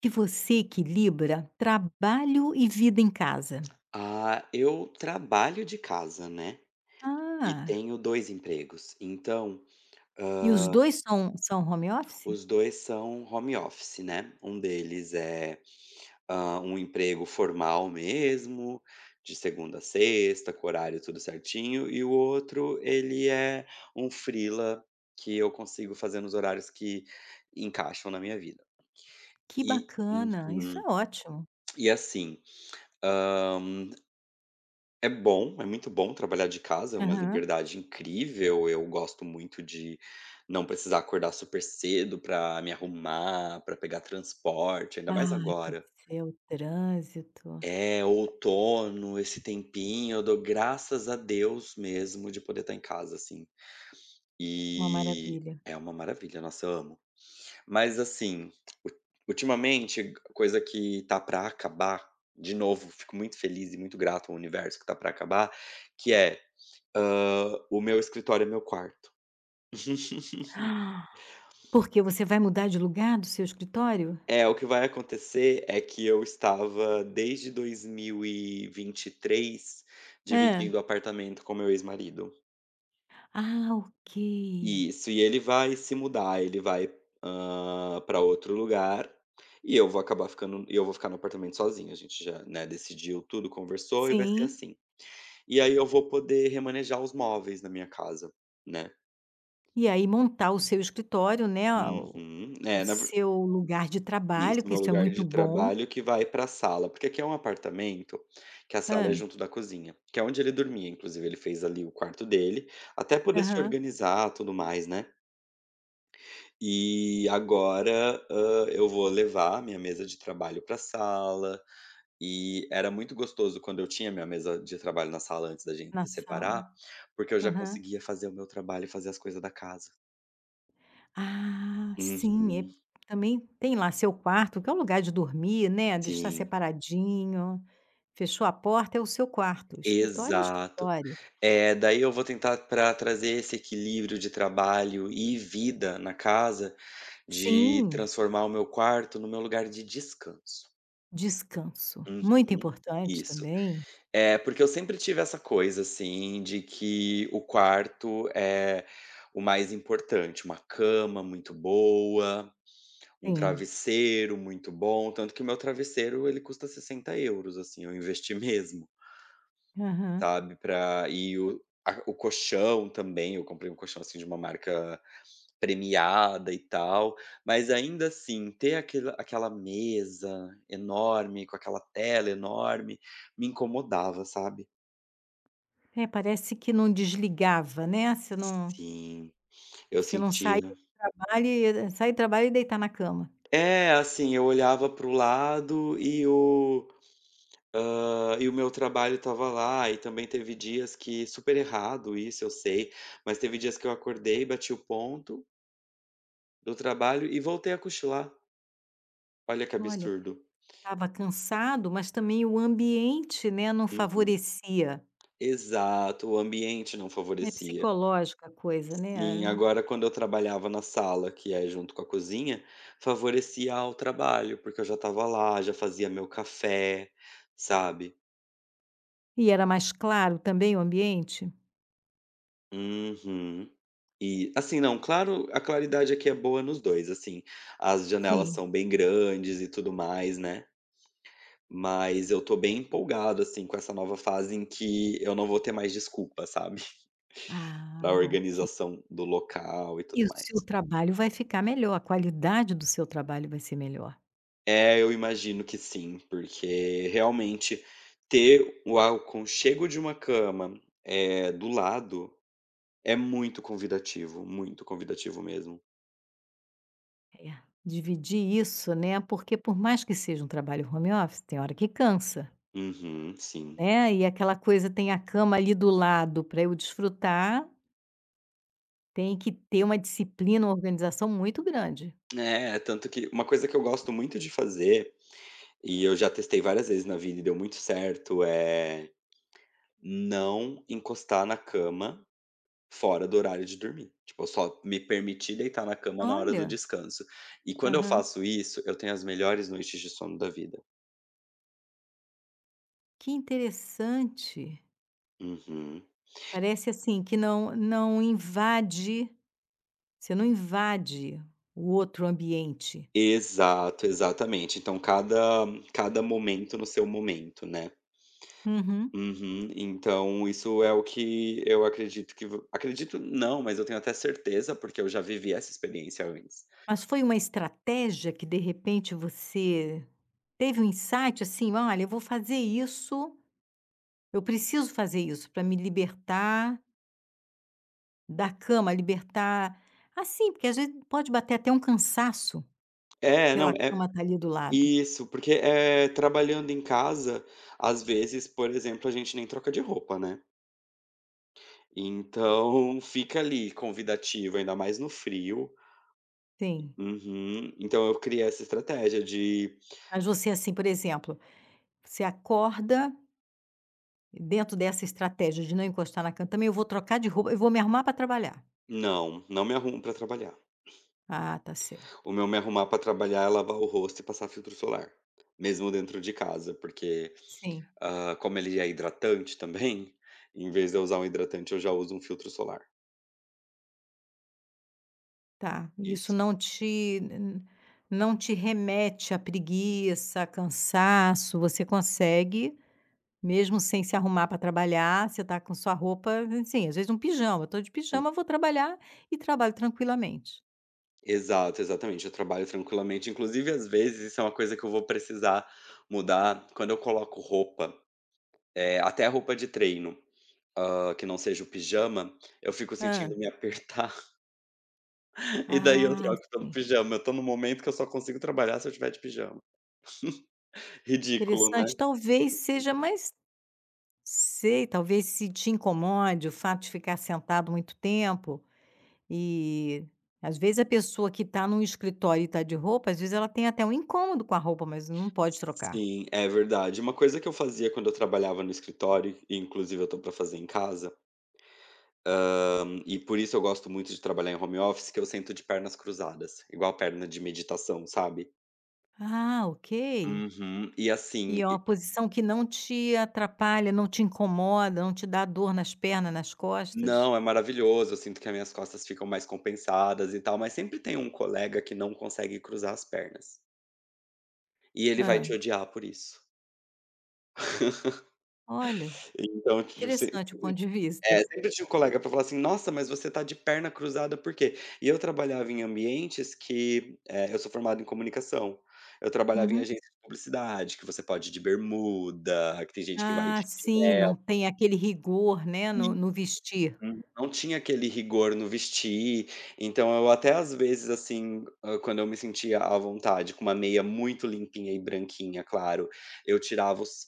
Que você equilibra trabalho e vida em casa. Ah, eu trabalho de casa, né, e Ah, tenho 2 empregos, então e os 2 são home office? os 2 são home office, né. Um deles é, um emprego formal mesmo, de segunda a sexta, com horário tudo certinho, e o outro ele é um freela que eu consigo fazer nos horários que encaixam na minha vida. Que E bacana, isso uhum. é ótimo. E assim, é bom, é muito bom trabalhar de casa, é uma Aham. liberdade incrível. Eu gosto muito de não precisar acordar super cedo pra me arrumar, pra pegar transporte, ainda mais Ai, pois agora. é, o trânsito, É, outono, esse tempinho, eu dou graças a Deus mesmo de poder estar em casa, assim. uma E maravilha. é uma maravilha, nossa, eu amo. Mas assim, u ultimamente, coisa que tá pra acabar, de novo, fico muito feliz e muito grato ao universo que tá pra acabar, que é o meu escritório é meu quarto. Ah, porque você vai mudar de lugar do seu escritório? É, o que vai acontecer é que eu estava desde 2023 Hã. dividindo apartamento com meu ex-marido. Ah, ok. Isso, e ele vai se mudar, ele vai, para outro lugar, e eu vou acabar ficando e eu vou ficar no apartamento sozinho. A gente já, né, decidiu tudo, conversou e vai ser Sim, assim. E aí eu vou poder remanejar os móveis na minha casa, né. e aí montar o seu escritório, né, o Uhum. o É, na seu lugar de isso, trabalho, que meu isso é lugar muito de bom. trabalho que vai para a sala, porque aqui é um apartamento, que a sala é Ah, junto da cozinha, que é onde ele dormia, inclusive ele fez ali o quarto dele, até poder se aham. organizar, tudo mais, né. E agora, eu vou levar minha mesa de trabalho para a sala, e era muito gostoso quando eu tinha minha mesa de trabalho na sala antes da gente Na se sala. separar, porque eu já Aham. conseguia fazer o meu trabalho e fazer as coisas da casa. Ah, Uhum, sim, e também tem lá seu quarto, que é um lugar de dormir, né, deixar sim, separadinho. Fechou a porta, é o seu quarto. Escritório é exato. escritório. É, daí eu vou tentar para trazer esse equilíbrio de trabalho e vida na casa, de Sim, transformar o meu quarto no meu lugar de descanso. descanso, muito Uhum, importante isso. também. É, porque eu sempre tive essa coisa, assim, de que o quarto é o mais importante, uma cama muito boa, um Sim, travesseiro muito bom, tanto que o meu travesseiro ele custa 60 euros, assim, eu investi mesmo. aham. Sabe, pra e o a o colchão também, eu comprei um colchão, assim, de uma marca premiada e tal, mas ainda assim, ter aquela mesa enorme, com aquela tela enorme, me incomodava, sabe. É, parece que não desligava, né, você não Sim, eu você não sentia. saía do trabalho e sair do trabalho e deitar na cama. É, assim, eu olhava para o lado e o meu trabalho estava lá, e também teve dias que super errado isso, eu sei, mas teve dias que eu acordei, bati o ponto do trabalho e voltei a cochilar. Olha que Olha, absurdo. estava cansado, mas também o ambiente, né, não Uhum. favorecia. Exato, o ambiente não É favorecia. psicológica a coisa, Sim, né. agora quando eu trabalhava na sala, que é junto com a cozinha, favorecia ao trabalho, porque eu já estava lá, já fazia meu café, sabe. E era mais claro também o ambiente? Uhum. E, assim, não, claro, a claridade aqui é boa nos dois, assim, as janelas Sim. são bem grandes e tudo mais, né. Mas eu tô bem empolgado, assim, com essa nova fase em que eu não vou ter mais desculpa, sabe. Da Ah, ok. organização do local e E tudo o seu mais. trabalho vai ficar melhor, a qualidade do seu trabalho vai ser melhor. É, eu imagino que sim, porque realmente ter o aconchego de uma cama, do lado é muito convidativo mesmo. É, dividir isso, né, porque por mais que seja um trabalho home office, tem hora que cansa, Uhum, sim. né, e aquela coisa tem a cama ali do lado para eu desfrutar, tem que ter uma disciplina, uma organização muito grande. É, tanto que uma coisa que eu gosto muito de fazer, e eu já testei várias vezes na vida e deu muito certo, é não encostar na cama fora do horário de dormir. Tipo, eu só me permiti deitar na cama na hora do Olha, descanso. E quando eu aham, faço isso, eu tenho as melhores noites de sono da vida. que interessante. Uhum. Parece assim que não invade. Você não invade o outro ambiente. Exato, exatamente. Então cada momento no seu momento, né. Uhum. Uhum. Então isso é o que eu acredito que v acredito não, mas eu tenho até certeza, porque eu já vivi essa experiência antes. Mas foi uma estratégia que de repente você teve um insight assim: "Olha, eu vou fazer isso, eu preciso fazer isso para me libertar da cama, libertar" assim, porque às vezes pode bater até um cansaço É, não, pela é cama estar ali do lado. isso, porque, trabalhando em casa, às vezes, por exemplo, a gente nem troca de roupa, né. Então fica ali convidativo, ainda mais no frio. Sim. Uhum. Então eu criei essa estratégia de Mas você assim, por exemplo, você acorda dentro dessa estratégia de não encostar na cama também: "Eu vou trocar de roupa, eu vou me arrumar para trabalhar". não, não me arrumo pra trabalhar. Ah, tá certo. O meu me arrumar pra trabalhar é lavar o rosto e passar filtro solar, mesmo dentro de casa, porque, Sim. ah, como ele é hidratante também, em vez de eu usar um hidratante, eu já uso um filtro solar. Tá, isso Isso. não te n não te remete à preguiça, a cansaço, você consegue, mesmo sem se arrumar para trabalhar, você tá com sua roupa, assim, às vezes um pijama, eu "tô de Hum. pijama, vou trabalhar", e trabalho tranquilamente. Exato, exatamente. Eu trabalho tranquilamente. Inclusive, às vezes, isso é uma coisa que eu vou precisar mudar quando eu coloco roupa, até roupa de treino, que não seja o pijama, eu fico sentindo Hã. me apertar e daí eu Ah, troco pelo sim, pijama. Eu tô num momento que eu só consigo trabalhar se eu estiver de pijama. Ridículo, né? interessante. Talvez seja mas sei, talvez se te incomode o fato de ficar sentado muito tempo. E, às vezes, a pessoa que está num escritório e tá de roupa, às vezes, ela tem até um incômodo com a roupa, mas não pode trocar. Sim, é verdade. Uma coisa que eu fazia quando eu trabalhava no escritório, e inclusive eu tô pra fazer em casa, e por isso eu gosto muito de trabalhar em home office, que eu sento de pernas cruzadas, igual perna de meditação, sabe? Ah, ok. Uhum. E assim E é e uma posição que não te atrapalha, não te incomoda, não te dá dor nas pernas, nas costas? não, é maravilhoso, eu sinto que as minhas costas ficam mais compensadas e tal, mas sempre tem um colega que não consegue cruzar as pernas. E ele vai te Ah, odiar por isso. olha, Então, tipo, se interessante o ponto de vista. é, sempre tinha um colega pra falar assim: "Nossa, mas você tá de perna cruzada, por quê?". E eu trabalhava em ambientes que, eu sou formado em comunicação. Eu trabalhava em Uhum. agência de publicidade, que você pode ir de bermuda, que tem gente que vai Ah, de sim, chinelo. não tem aquele rigor, né, no vestir. Uhum. Não tinha aquele rigor no vestir, então eu até às vezes, assim, quando eu me sentia à vontade com uma meia muito limpinha e branquinha, claro, eu tirava os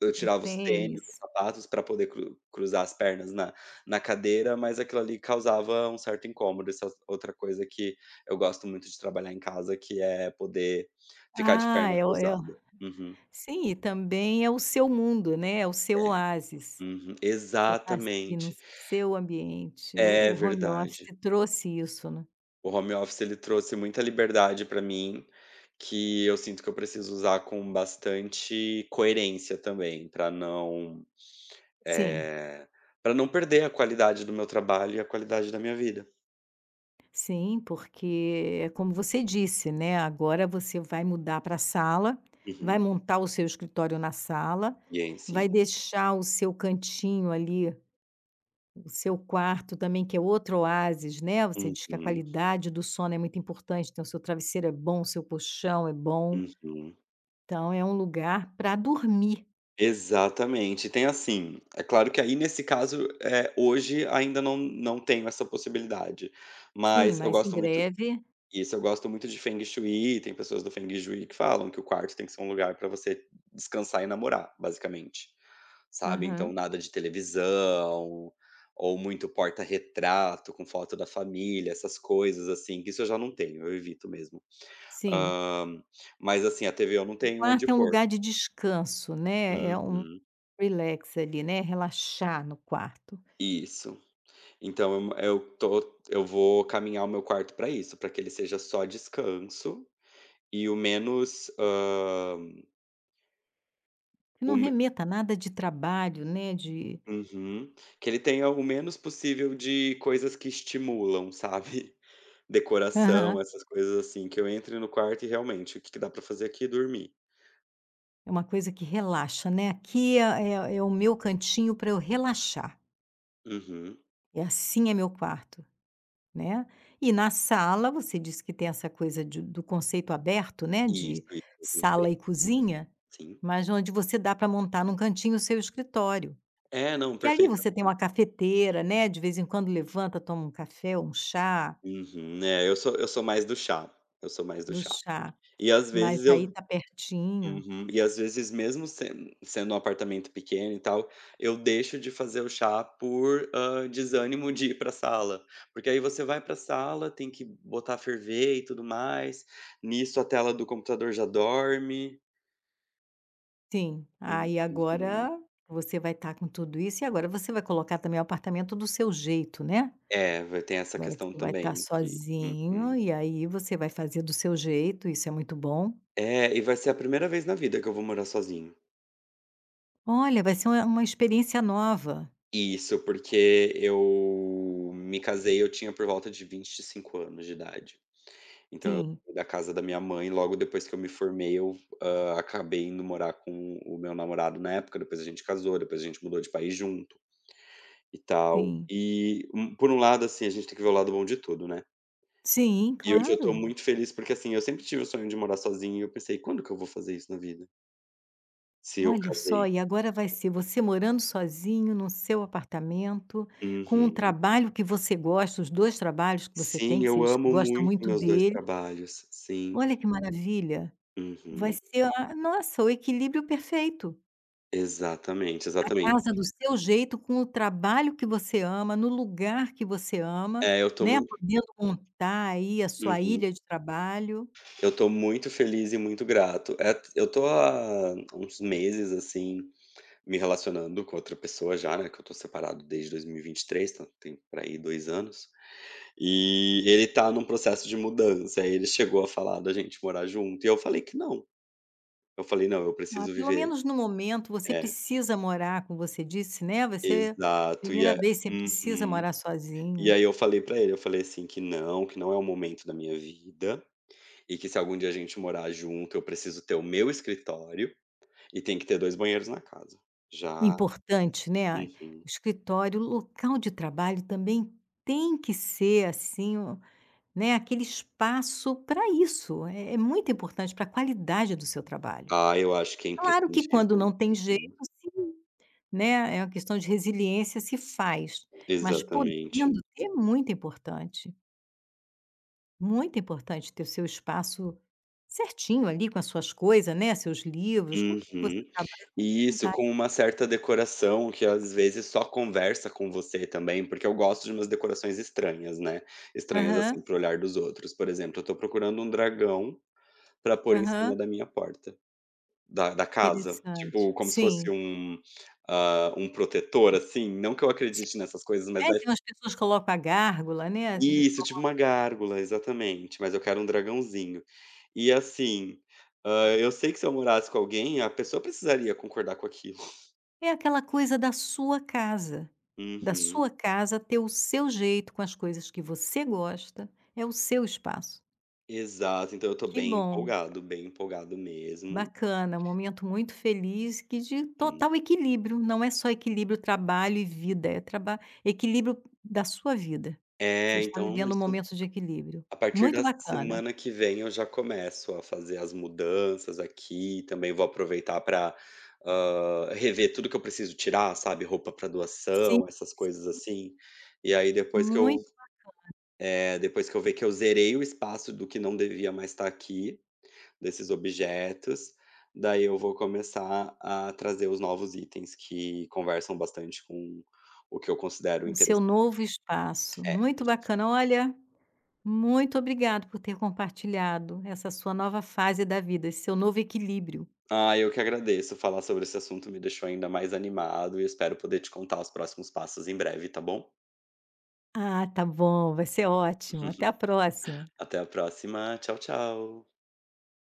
Eu O tirava os tênis, tênis. os sapatos para poder cruzar as pernas na cadeira, mas aquilo ali causava um certo incômodo. Essa é outra coisa que eu gosto muito de trabalhar em casa, que é poder ficar de Ah, perna é o cruzada. Uhum, sim, e também é o seu mundo, né, é o seu oásis. uhum. Você está assim, no Exatamente. seu ambiente, o É o home office verdade. trouxe isso, né. O home office ele trouxe muita liberdade para mim, que eu sinto que eu preciso usar com bastante coerência também, para não, Sim, para não perder a qualidade do meu trabalho e a qualidade da minha vida. sim, porque é como você disse, né, agora você vai mudar para a sala, vai Uhum. montar o seu escritório na sala, Ien, vai sim. deixar o seu cantinho ali, o seu quarto também, que é outro oásis, né, você diz que a Uhum, qualidade do sono é muito importante, então o seu travesseiro é bom, o seu colchão é bom, uhum. então é um lugar para dormir. Exatamente. Tem assim, é claro que aí nesse caso, hoje ainda não tenho essa possibilidade, Sim, mas mas em breve eu gosto muito de Feng Shui, tem pessoas do Feng Shui que falam que o quarto tem que ser um lugar para você descansar e namorar, basicamente, sabe. Então aham, nada de televisão, ou muito porta-retrato com foto da família, essas coisas assim, que isso eu já não tenho, eu evito mesmo. sim. Hã, mas assim, a TV eu não tenho onde Quarto é um pôr. lugar de descanso, né, é um Uhum. relax ali, né, relaxar no quarto. Isso. Então eu vou caminhar o meu quarto para isso, para que ele seja só descanso e o menos, Que não o me remeta a nada de trabalho, né, de uhum. Que ele tenha o menos possível de coisas que estimulam, sabe. aham. Decoração, essas coisas assim, que eu entre no quarto e realmente, o que que dá para fazer aqui? É dormir. É uma coisa que relaxa, né, aqui é o meu cantinho para eu relaxar, Uhum. é assim é meu quarto, né. E na sala, você disse que tem essa coisa de do conceito aberto, né, Isso, de isso, sala perfeito. e Uhum, cozinha, sim. mas onde você dá para montar num cantinho o seu escritório. É, não, Que ali você tem perfeitamente. uma cafeteira, né, de vez em quando levanta, toma um café um chá, Uhum. É, eu sou mais do chá, eu sou mais do do chá. chá, E às mas vezes aí eu tá pertinho. uhum. E às vezes mesmo sendo um apartamento pequeno e tal, eu deixo de fazer o chá por, desânimo de ir pra sala. Porque aí você vai pra sala, tem que botar a ferver e tudo mais, nisso a tela do computador já dorme. Sim, aí Uhum. agora você vai estar com tudo isso e agora você vai colocar também o apartamento do seu jeito, né. É, vai tem essa Agora que questão você vai estar também que sozinho, uhum. e aí você vai fazer do seu jeito, isso é muito bom. É, e vai ser a primeira vez na vida que eu vou morar sozinho. Olha, vai ser uma experiência nova. Isso, porque eu me casei, eu tinha por volta de 25 anos de idade. Então eu Sim, saí da casa da minha mãe, logo depois que eu me formei, eu, acabei indo morar com o meu namorado na época, depois a gente casou, depois a gente mudou de país junto e tal. sim. E, por um lado, assim, a gente tem que ver o lado bom de tudo, né. Sim, E hoje eu tô claro. muito feliz, porque, assim, eu sempre tive o sonho de morar sozinho e eu pensei: "Quando que eu vou fazer isso na vida?" Se eu Olha só, casei. e agora vai ser você morando sozinho no seu apartamento, com um Uhum. trabalho que você gosta, os 2 trabalhos que você tem, Sim, que você eu diz que amo gosta muito muito meus 2 dele. trabalhos. Sim. Olha que maravilha. Vai Uhum. ser a nossa, o equilíbrio perfeito. Exatamente, A exatamente. casa do seu jeito, com o trabalho que você ama, no lugar que você ama, É, eu tô né, muito podendo montar aí a sua uhum. ilha de trabalho. Eu tô muito feliz e muito grato. Eu tô há uns meses, assim, me relacionando com outra pessoa já, né, que eu tô separado desde 2023, então tem por aí 2 anos, e ele tá num processo de mudança, aí ele chegou a falar da gente morar junto, e eu falei que não. Eu falei: "Não, eu Ah, preciso pelo viver". menos no momento você É, precisa morar, como você disse, né, você exato. E primeira a vez você precisa uhum. morar E sozinho. aí eu falei pra ele, eu falei assim que não é o momento da minha vida, e que se algum dia a gente morar junto, eu preciso ter o meu escritório e tem que ter 2 banheiros na casa. Já Importante, né, uhum. o escritório, o local de trabalho também tem que ser, assim, o né, aquele espaço para isso, é muito importante para a qualidade do seu trabalho. Ah, eu acho que é Claro que quando não imprescindível. tem jeito, Uhum. sim, né, é uma questão de resiliência, se faz, mas Exatamente. podendo ter é muito importante. Muito importante ter o seu espaço certinho ali com as suas coisas, né, seus livros, com o que você Uhum. trabalha, vai E isso, precisar. com uma certa decoração que às vezes só conversa com você também, porque eu gosto de umas decorações estranhas, né, estranhas, assim, Aham, para o olhar dos outros. Por exemplo, eu tô procurando um dragão pra pôr em cima aham, da minha porta. Da casa? interessante. Tipo, como se fosse Sim, um protetor, assim? Não que eu sim. acredite nessas coisas, É, mas vai. tem umas pessoas que colocam a gárgula, né. Isso, tipo uma gárgula, exatamente, mas eu quero um dragãozinho. E assim, eu sei que se eu morasse com alguém, a pessoa precisaria concordar com aquilo. É aquela coisa da Uhum. sua casa ter o seu jeito com as coisas que você gosta, é o seu espaço. Exato, então eu tô Que bom. Bem empolgado mesmo. Bacana, um momento muito feliz que de Hum. total equilíbrio, não é só equilíbrio trabalho e vida, é traba equilíbrio da sua vida. Você É, está então vivendo um isso. momento de equilíbrio. A partir Muito da bacana. semana que vem eu já começo a fazer as mudanças aqui, também vou aproveitar para rever tudo que eu preciso tirar, sabe, roupa para Sim, doação, essas coisas assim. E aí depois que eu muito é, depois que eu ver que eu zerei o espaço do que não devia mais estar aqui, desses objetos, daí eu vou começar a trazer os novos itens que conversam bastante com o que eu considero o seu interessante. novo espaço, muito bacana. Olha, muito obrigado por ter compartilhado essa sua nova fase da vida, esse seu novo equilíbrio. Ah, eu que agradeço. Falar sobre esse assunto me deixou ainda mais animado e espero poder te contar os próximos passos em breve, tá bom? Ah, tá bom, vai ser ótimo. Até a próxima. Até a próxima. Tchau, tchau.